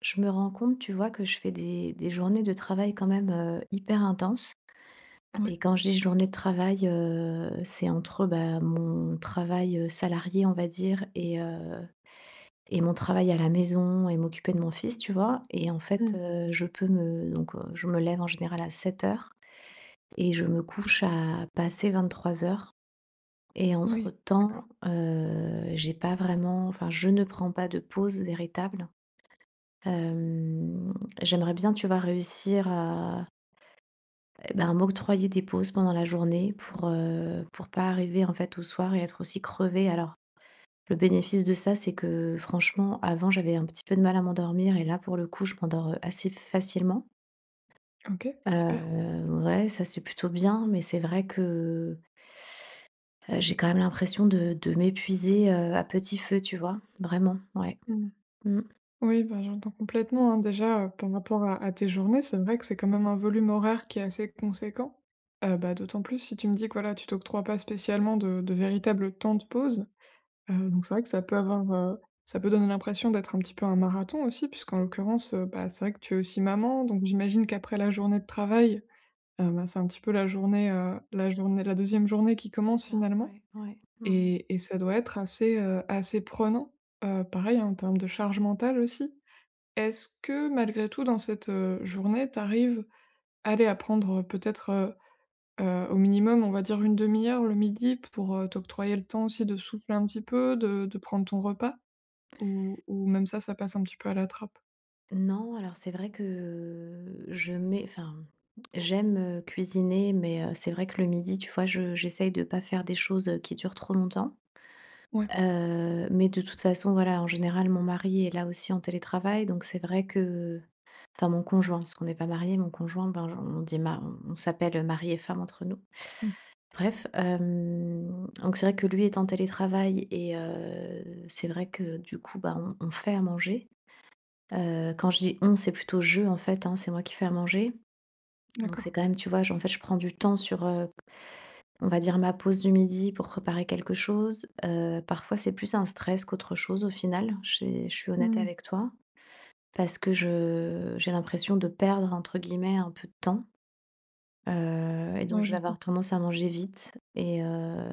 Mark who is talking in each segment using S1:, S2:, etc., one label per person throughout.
S1: Je me rends compte, tu vois, que je fais des journées de travail quand même, hyper intenses
S2: Ouais.
S1: et quand je dis journée de travail, c'est entre, bah, mon travail, salarié, on va dire et mon travail à la maison et m'occuper de mon fils, tu vois? Et en fait,
S2: Mmh.
S1: je me lève en général à sept heures et je me couche à passer vingt-trois heures. Et entre
S2: Oui,
S1: temps,
S2: d'accord.
S1: j'ai pas vraiment enfin, je ne prends pas de pause véritable. Hem, j'aimerais bien, tu vas réussir à, eh ben, m'octroyer des pauses pendant la journée pour pas arriver, en fait, au soir et être aussi crevée. Alors, le bénéfice de ça, c'est que franchement, avant, j'avais un petit peu de mal à m'endormir et là, pour le coup, je m'endors, assez facilement.
S2: OK, super.
S1: Ouais, ça, c'est plutôt bien, mais c'est vrai que, j'ai quand même l'impression de m'épuiser, à petit feu, tu vois? Vraiment, ouais.
S2: Mmh.
S1: Mmh.
S2: Oui, bah, j'entends complètement, hein. Déjà, par rapport à tes journées, c'est vrai que c'est quand même un volume horaire qui est assez conséquent. Bah, d'autant plus si tu me dis que, voilà, tu t'octroies pas spécialement de véritables temps de pause. Donc c'est vrai que ça peut avoir, ça peut donner l'impression d'être un petit peu un marathon aussi puisqu'en l'occurrence, bah, c'est vrai que tu es aussi maman, donc j'imagine qu'après la journée de travail, bah, c'est un petit peu la journée, la deuxième journée qui
S1: C'est
S2: commence
S1: ça,
S2: finalement.
S1: ouais, ouais. Mmh.
S2: Et ça doit être assez, assez prenant, pareil, hein, en termes de charge mentale aussi. Est-ce que malgré tout dans cette, journée, t'arrives arrives, allez, à prendre, peut-être, au minimum, on va dire une demi heure le midi pour, t'octroyer le temps aussi de souffler un petit peu, de prendre ton repas? Ou même ça, ça passe un petit peu à la trappe?
S1: Non, alors c'est vrai que je mets enfin, j'aime, cuisiner, mais c'est vrai que le midi, tu vois, je j'essaye de pas faire des choses, qui durent trop longtemps.
S2: Ouais,
S1: Mais de toute façon, voilà, en général, mon mari est là aussi en télétravail, donc c'est vrai que enfin, mon conjoint, parce qu'on n'est pas mariés, mon conjoint, ben, on dit ma on s'appelle, mari et femme entre nous.
S2: mmh,
S1: Bref, donc c'est vrai que lui est en télétravail et c'est vrai que du coup, bah, on fait à manger. Quand je dis «on», c'est plutôt «je» en fait, hein, c'est moi qui fais à manger. Donc c'est
S2: d'accord.
S1: quand même, tu vois, je prends du temps sur, on va dire ma pause du midi pour préparer quelque chose. Parfois, c'est plus un stress qu'autre chose au final, j'ai je suis honnête
S2: Mmh,
S1: avec toi. Parce que je j'ai l'impression de «perdre» entre guillemets un peu de temps, et donc
S2: ouais,
S1: je vais avoir
S2: j'entends.
S1: tendance à manger vite et heu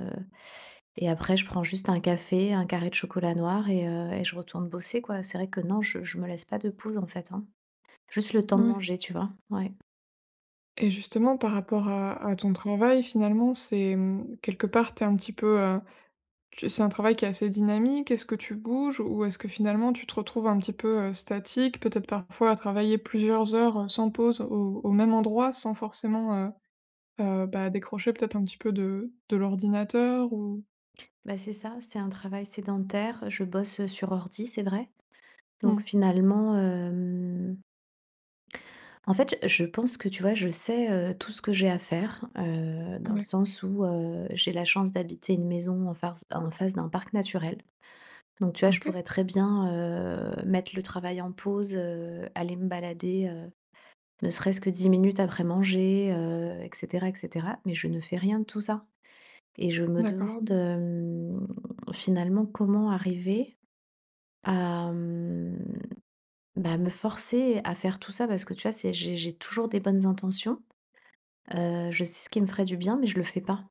S1: et après je prends juste un café, un carré de chocolat noir et je retourne bosser quoi. C'est vrai que non, je me laisse pas de pause en fait, hein. Juste le temps de
S2: Ouais,
S1: manger, tu vois? Ouais.
S2: et justement par rapport à ton travail, finalement, c'est, mmh, quelque part, t'es un petit peu, tu c'est un travail qui est assez dynamique? Est-ce que tu bouges ou est-ce que finalement tu te retrouves un petit peu, statique, peut-être parfois à travailler plusieurs heures, sans pause au même endroit, sans forcément, bah, décrocher peut-être un petit peu de l'ordinateur ou?
S1: Bah, c'est ça, c'est un travail sédentaire. Je bosse, sur ordi, c'est vrai. Donc
S2: Mmh.
S1: finalement, en fait, je pense que, tu vois, je sais, tout ce que j'ai à faire, dans le
S2: Ouais.
S1: sens où, j'ai la chance d'habiter une maison en farce en face d'un parc naturel. Donc tu vois, je
S2: OK,
S1: pourrais très bien, mettre le travail en pause, aller me balader, ne serait-ce que 10 minutes après manger, et cetera, et cetera. Mais je ne fais rien de tout ça. Et je me
S2: d'accord.
S1: demande, finalement, comment arriver à, bah, me forcer à faire tout ça parce que, tu vois, c'est j'ai toujours des bonnes intentions. Je sais ce qui me ferait du bien, mais je le fais pas.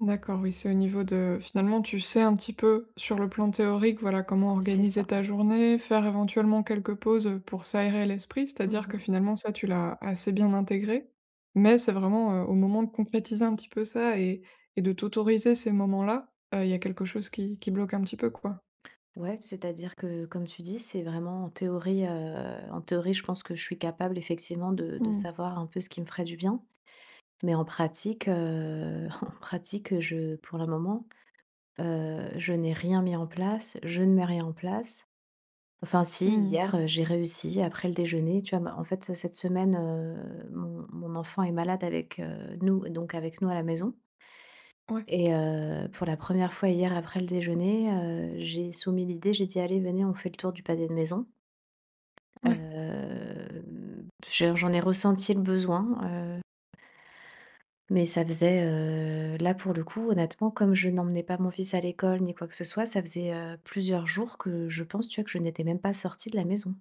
S2: D'accord, oui, c'est au niveau de finalement, tu sais un petit peu sur le plan théorique, voilà, comment
S1: C'est
S2: organiser
S1: ça.
S2: ta journée, faire éventuellement quelques pauses, pour s'aérer l'esprit, c'est-à-dire que
S1: Mmh.
S2: finalement ça, tu l'as assez bien intégré. Mais c'est vraiment, au moment de concrétiser un petit peu ça et de t'autoriser ces moments-là, il y a quelque chose qui bloque un petit peu, quoi.
S1: Ouais, c'est-à-dire que, comme tu dis, c'est vraiment en théorie, je pense que je suis capable effectivement de
S2: Mmh.
S1: savoir un peu ce qui me ferait du bien. Mais en pratique, en pratique, je pour le moment, je n'ai rien mis en place, je ne mets rien en place. Enfin si,
S2: Mmh.
S1: hier, j'ai réussi après le déjeuner, tu vois? Ma En fait, cette semaine, mon enfant est malade avec, nous donc avec nous à la maison
S2: Ouais,
S1: et pour la première fois hier après le déjeuner, j'ai soumis l'idée, j'ai dit: «Allez, venez, on fait le tour du pâté de maison».
S2: ouais.
S1: J'en ai ressenti le besoin, mais ça faisait, là pour le coup, honnêtement, comme je n'emmenais pas mon fils à l'école ni quoi que ce soit, ça faisait, plusieurs jours que je pense, tu vois, que je n'étais même pas sortie de la maison.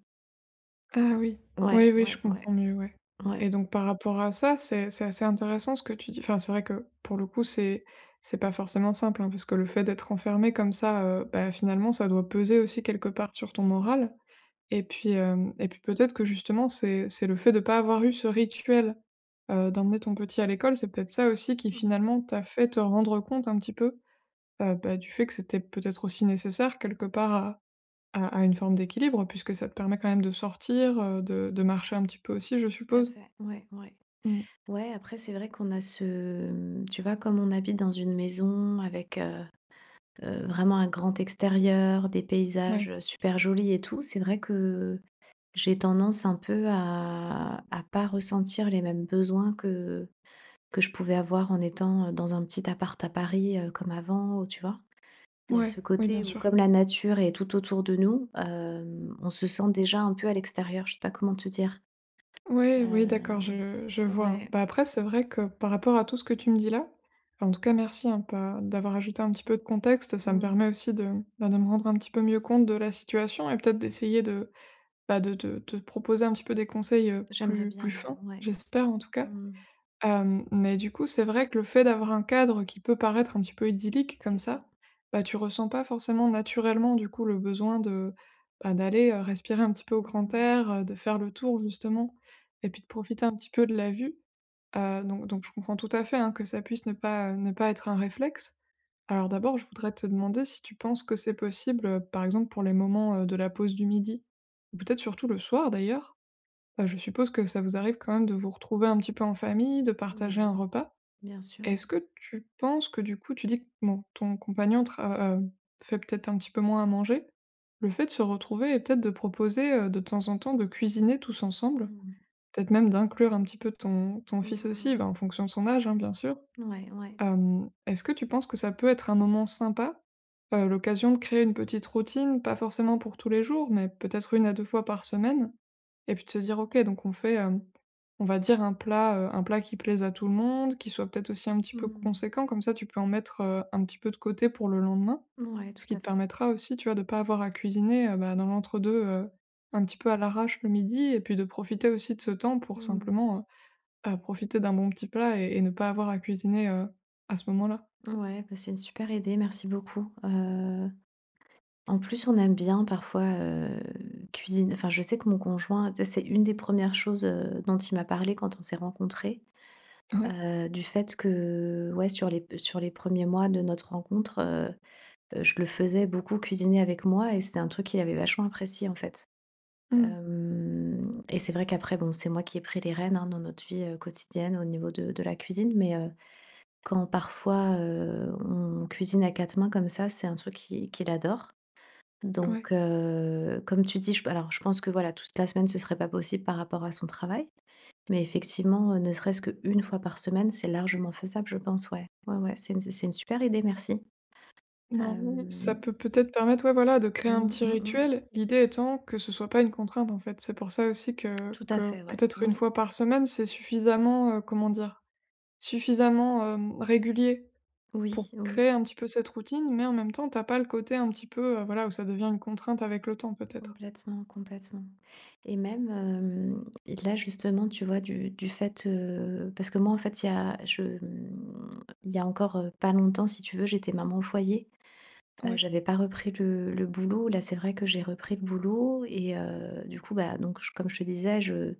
S2: Ah oui.
S1: Ouais,
S2: Oui, oui, je
S1: ouais, ouais,
S2: comprends mieux, ouais. Et
S1: ouais.
S2: donc par rapport à ça, c'est assez intéressant ce que tu dis. Enfin, c'est vrai que pour le coup, c'est pas forcément simple, hein, parce que le fait d'être enfermé comme ça, bah, finalement, ça doit peser aussi quelque part sur ton moral. Et puis, et puis peut-être que justement, c'est le fait de pas avoir eu ce rituel, d'emmener ton petit à l'école, c'est peut-être ça aussi qui
S1: Mmh.
S2: finalement t'a fait te rendre compte un petit peu, bah, du fait que c'était peut-être aussi nécessaire quelque part à une forme d'équilibre, puisque ça te permet quand même de sortir, de marcher un petit peu aussi, je
S1: Tout à
S2: suppose?
S1: fait. Ouais, ouais.
S2: Mmh.
S1: Ouais, après, c'est vrai qu'on a ce, tu vois, comme on habite dans une maison avec, vraiment un grand extérieur, des
S2: Ouais,
S1: paysages, super jolis et tout, c'est vrai que j'ai tendance un peu à pas ressentir les mêmes besoins que je pouvais avoir en étant, dans un petit appart à Paris, comme avant, tu vois? Il y a
S2: ouais,
S1: ce
S2: oui, bien
S1: côté où
S2: sûr.
S1: comme la nature est tout autour de nous, on se sent déjà un peu à l'extérieur, je sais pas comment te dire.
S2: Ouais, oui, d'accord,
S1: Heu,
S2: je vois.
S1: ouais.
S2: Bah, après, c'est vrai que par rapport à tout ce que tu me dis là, en tout cas merci, hein, pas d'avoir ajouté un petit peu de contexte, ça me
S1: Mmh.
S2: permet aussi de, bah, de me rendre un petit peu mieux compte de la situation et peut-être d'essayer de, bah, de te proposer un petit peu des conseils,
S1: J'aimerais
S2: plus
S1: bien,
S2: plus
S1: ouais,
S2: fins,
S1: ouais.
S2: j'espère en tout cas.
S1: Mmh.
S2: Hem, mais du coup, c'est vrai que le fait d'avoir un cadre qui peut paraître un petit peu idyllique comme
S1: C'est ça.
S2: ça, bah, tu ressens pas forcément naturellement, du coup, le besoin de, bah, d'aller, respirer un petit peu au grand
S1: Mmh.
S2: air, de faire le tour justement et puis de profiter un petit peu de la vue. Donc je comprends tout à fait, hein, que ça puisse ne pas, ne pas être un réflexe. Alors d'abord, je voudrais te demander si tu penses que c'est possible, par exemple pour les moments, de la pause du midi? Ou peut-être surtout le soir d'ailleurs? Bah, je suppose que ça vous arrive quand même de vous retrouver un petit peu en famille, de partager un
S1: Oui,
S2: repas.
S1: bien sûr,
S2: Est-ce
S1: ouais.
S2: que tu penses que du coup, tu dis que bon, ton compagnon fait peut-être un petit peu moins à manger, le fait de se retrouver et peut-être de proposer de temps en temps de cuisiner tous ensemble,
S1: Mmh.
S2: peut-être même d'inclure un petit peu ton, ton
S1: Mmh,
S2: fils aussi,
S1: mmh,
S2: bah, en fonction de son âge, hein, bien sûr.
S1: mmh. Ouais, ouais.
S2: Est-ce que tu penses que ça peut être un moment sympa, l'occasion de créer une petite routine, pas forcément pour tous les jours, mais peut-être une à deux fois par semaine, et puis de se dire: «OK, donc on fait, on va dire un plat qui plaise à tout le monde, qui soit peut-être aussi un petit peu
S1: Mmh.
S2: conséquent», comme ça tu peux en mettre, un petit peu de côté pour le lendemain.
S1: Ouais,
S2: Ce
S1: tout
S2: qui
S1: à
S2: te
S1: fait.
S2: permettra aussi, tu vois, de pas avoir à cuisiner, bah, dans l'entre-deux, un petit peu à l'arrache le midi et puis de profiter aussi de ce temps pour
S1: Mmh.
S2: simplement, profiter d'un bon petit plat et ne pas avoir à cuisiner, à ce moment-là.
S1: Ouais, bah, c'est une super idée, merci beaucoup. En plus, on aime bien parfois, cuisiner enfin, je sais que mon conjoint, tu c'est une des premières choses, dont il m'a parlé quand on s'est rencontrés,
S2: Oui. Ouais.
S1: du fait que, ouais, sur les premiers mois de notre rencontre, je le faisais beaucoup cuisiner avec moi et c'était un truc qu'il avait vachement apprécié, en fait.
S2: Mmh.
S1: Hem et c'est vrai qu'après, bon, c'est moi qui ai pris les rênes, hein, dans notre vie, quotidienne au niveau de la cuisine, mais quand parfois, on cuisine à 4 mains comme ça, c'est un truc qui qu'il adore.
S2: Ouais.
S1: Donc comme tu dis, je pense que, voilà, toute la semaine, ce serait pas possible par rapport à son travail, mais effectivement, ne serait-ce qu'1 fois par semaine, c'est largement faisable, je pense, ouais. Ouais, ouais, c'est une super idée, merci.
S2: Bah, oui, ça
S1: Hem,
S2: peut peut-être permettre, ouais, voilà, de créer un
S1: mmh,
S2: petit
S1: mmh mh.
S2: rituel. L'idée étant que ce soit pas une contrainte, en fait. C'est pour ça aussi que
S1: Tout à
S2: que
S1: fait, ouais,
S2: peut-être une
S1: ouais.
S2: fois par semaine, c'est suffisamment, comment dire? Suffisamment, régulier pour
S1: Oui, oui,
S2: créer un petit peu cette routine, mais en même temps, t'as pas le côté un petit peu, voilà, où ça devient une contrainte avec le temps peut-être.
S1: complètement, complètement. Et même, et là, justement, tu vois, parce que moi, en fait, il y a encore, pas longtemps, si tu veux, j'étais maman au foyer.
S2: Ouais.
S1: J'avais pas repris le boulot. Là, c'est vrai que j'ai repris le boulot et du coup, bah, donc j comme je te disais,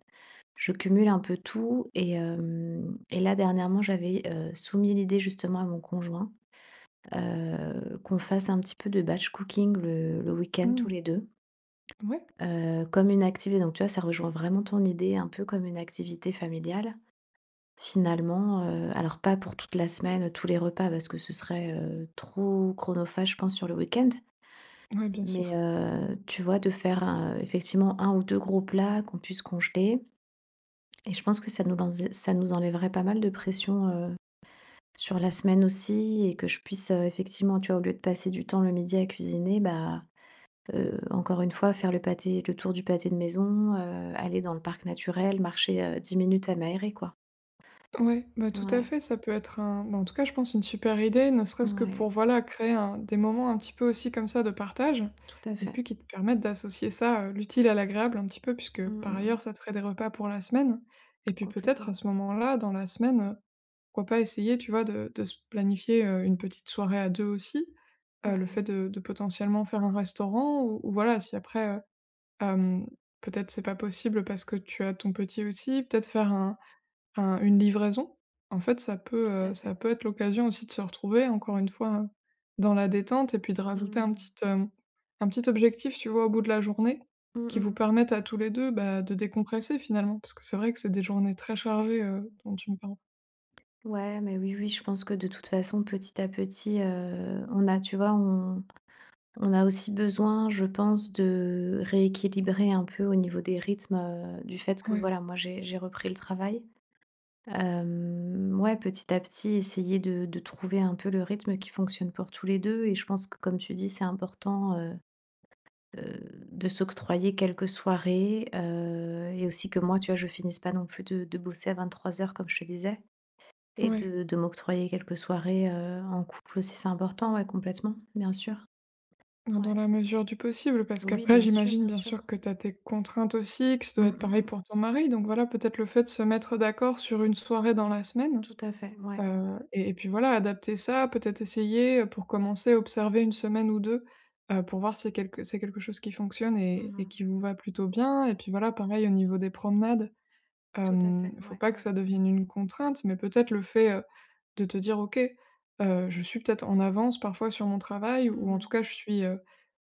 S1: je cumule un peu tout et hem et là, dernièrement, j'avais, soumis l'idée, justement, à mon conjoint qu'on fasse un petit peu de batch cooking le week-end tous
S2: Mmh.
S1: les 2
S2: Ouais.
S1: comme une activité donc tu vois, ça rejoint vraiment ton idée, un peu comme une activité familiale. Finalement, alors pas pour toute la semaine, tous les repas parce que ce serait, trop chronophage, je pense, sur le week-end.
S2: Ouais, bien
S1: Mais,
S2: sûr.
S1: tu vois, de faire un effectivement un ou 2 gros plats qu'on puisse congeler et je pense que ça nous enlèverait pas mal de pression, sur la semaine aussi et que je puisse, effectivement, tu vois, au lieu de passer du temps le midi à cuisiner, bah, encore une fois, faire le tour du pâté de maison, aller dans le parc naturel, marcher, 10 minutes à m'aérer, quoi.
S2: Ouais, bah, tout à
S1: Ouais,
S2: fait, ça peut être un bah, en tout cas, je pense une super idée, ne serait-ce que
S1: ouais,
S2: pour, voilà, créer un des moments un petit peu aussi comme ça de partage
S1: tout à
S2: et
S1: fait.
S2: puis qui te permettent d'associer ça, l'utile à l'agréable un petit peu puisque
S1: Mmh,
S2: par
S1: mmh, mmh,
S2: ailleurs ça te ferait des repas pour la semaine et puis peut-être à
S1: complètement.
S2: ce moment-là, dans la semaine, pourquoi pas essayer, tu vois, de se planifier, une petite soirée à 2 aussi. Le
S1: Ouais,
S2: fait de potentiellement faire un restaurant ou voilà, si après, hem, peut-être c'est pas possible parce que tu as ton petit aussi, peut-être faire un une livraison, en fait,
S1: tout à fait.
S2: ça peut être l'occasion aussi de se retrouver, encore une fois, dans la détente et puis de rajouter un
S1: Mmh.
S2: petit, un petit objectif, tu vois, au bout de la journée,
S1: Mmh,
S2: qui
S1: mmh,
S2: vous
S1: mmh.
S2: permette à tous les 2 bah, de décompresser finalement. Parce que c'est vrai que c'est des journées très chargées, dont tu me parles.
S1: Ouais, mais oui, oui, je pense que de toute façon, petit à petit, on a tu vois, on a aussi besoin, je pense, de rééquilibrer un peu au niveau des rythmes, du fait que,
S2: Ouais,
S1: voilà, moi, j'ai repris le travail. Ouais, petit à petit, essayer de trouver un peu le rythme qui fonctionne pour tous les 2. Et je pense que comme tu dis, c'est important, de s'octroyer quelques soirées, et aussi que moi, tu vois, je finisse pas non plus de bosser à vingt-trois heures comme je te disais et
S2: ouais,
S1: de m'octroyer quelques soirées, en couple aussi, c'est important, ouais, complètement, bien sûr.
S2: dans dans
S1: Ouais.
S2: la mesure du possible, parce
S1: Oui,
S2: qu'après
S1: bien sûr,
S2: j'imagine
S1: bien
S2: bien
S1: sûr.
S2: sûr que tu as tes contraintes aussi, que ça
S1: Mmh,
S2: doit être
S1: mmh
S2: pareil
S1: mh.
S2: pour ton mari, donc voilà, peut-être le fait de se mettre d'accord sur une soirée dans la semaine.
S1: Tout à fait. Ouais, ouais, ouais.
S2: Et puis voilà, adapter ça, peut-être essayer, pour commencer, observer une semaine ou 2, pour voir si quelque c'est quelque chose qui fonctionne et
S1: Mmh.
S2: qui vous va plutôt bien et puis voilà, pareil au niveau des promenades,
S1: Tout à
S2: hem,
S1: fait.
S2: faut
S1: Ouais,
S2: pas que
S1: ouais.
S2: ça devienne une contrainte, mais peut-être le fait, de te dire: «OK, je suis peut-être en avance parfois sur mon travail ou en
S1: Mmh.
S2: tout cas je suis, heu,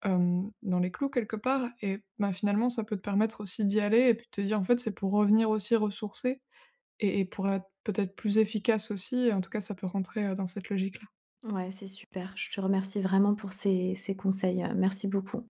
S2: hem, dans les clous quelque part» et ben, finalement ça peut te permettre aussi d'y aller et puis de te dire: «En fait, c'est pour revenir aussi ressourcée». Et pour être peut-être plus efficace aussi, en tout cas ça peut rentrer, dans cette logique-là.
S1: Ouais, c'est super. Je te remercie vraiment pour ces conseils, merci beaucoup.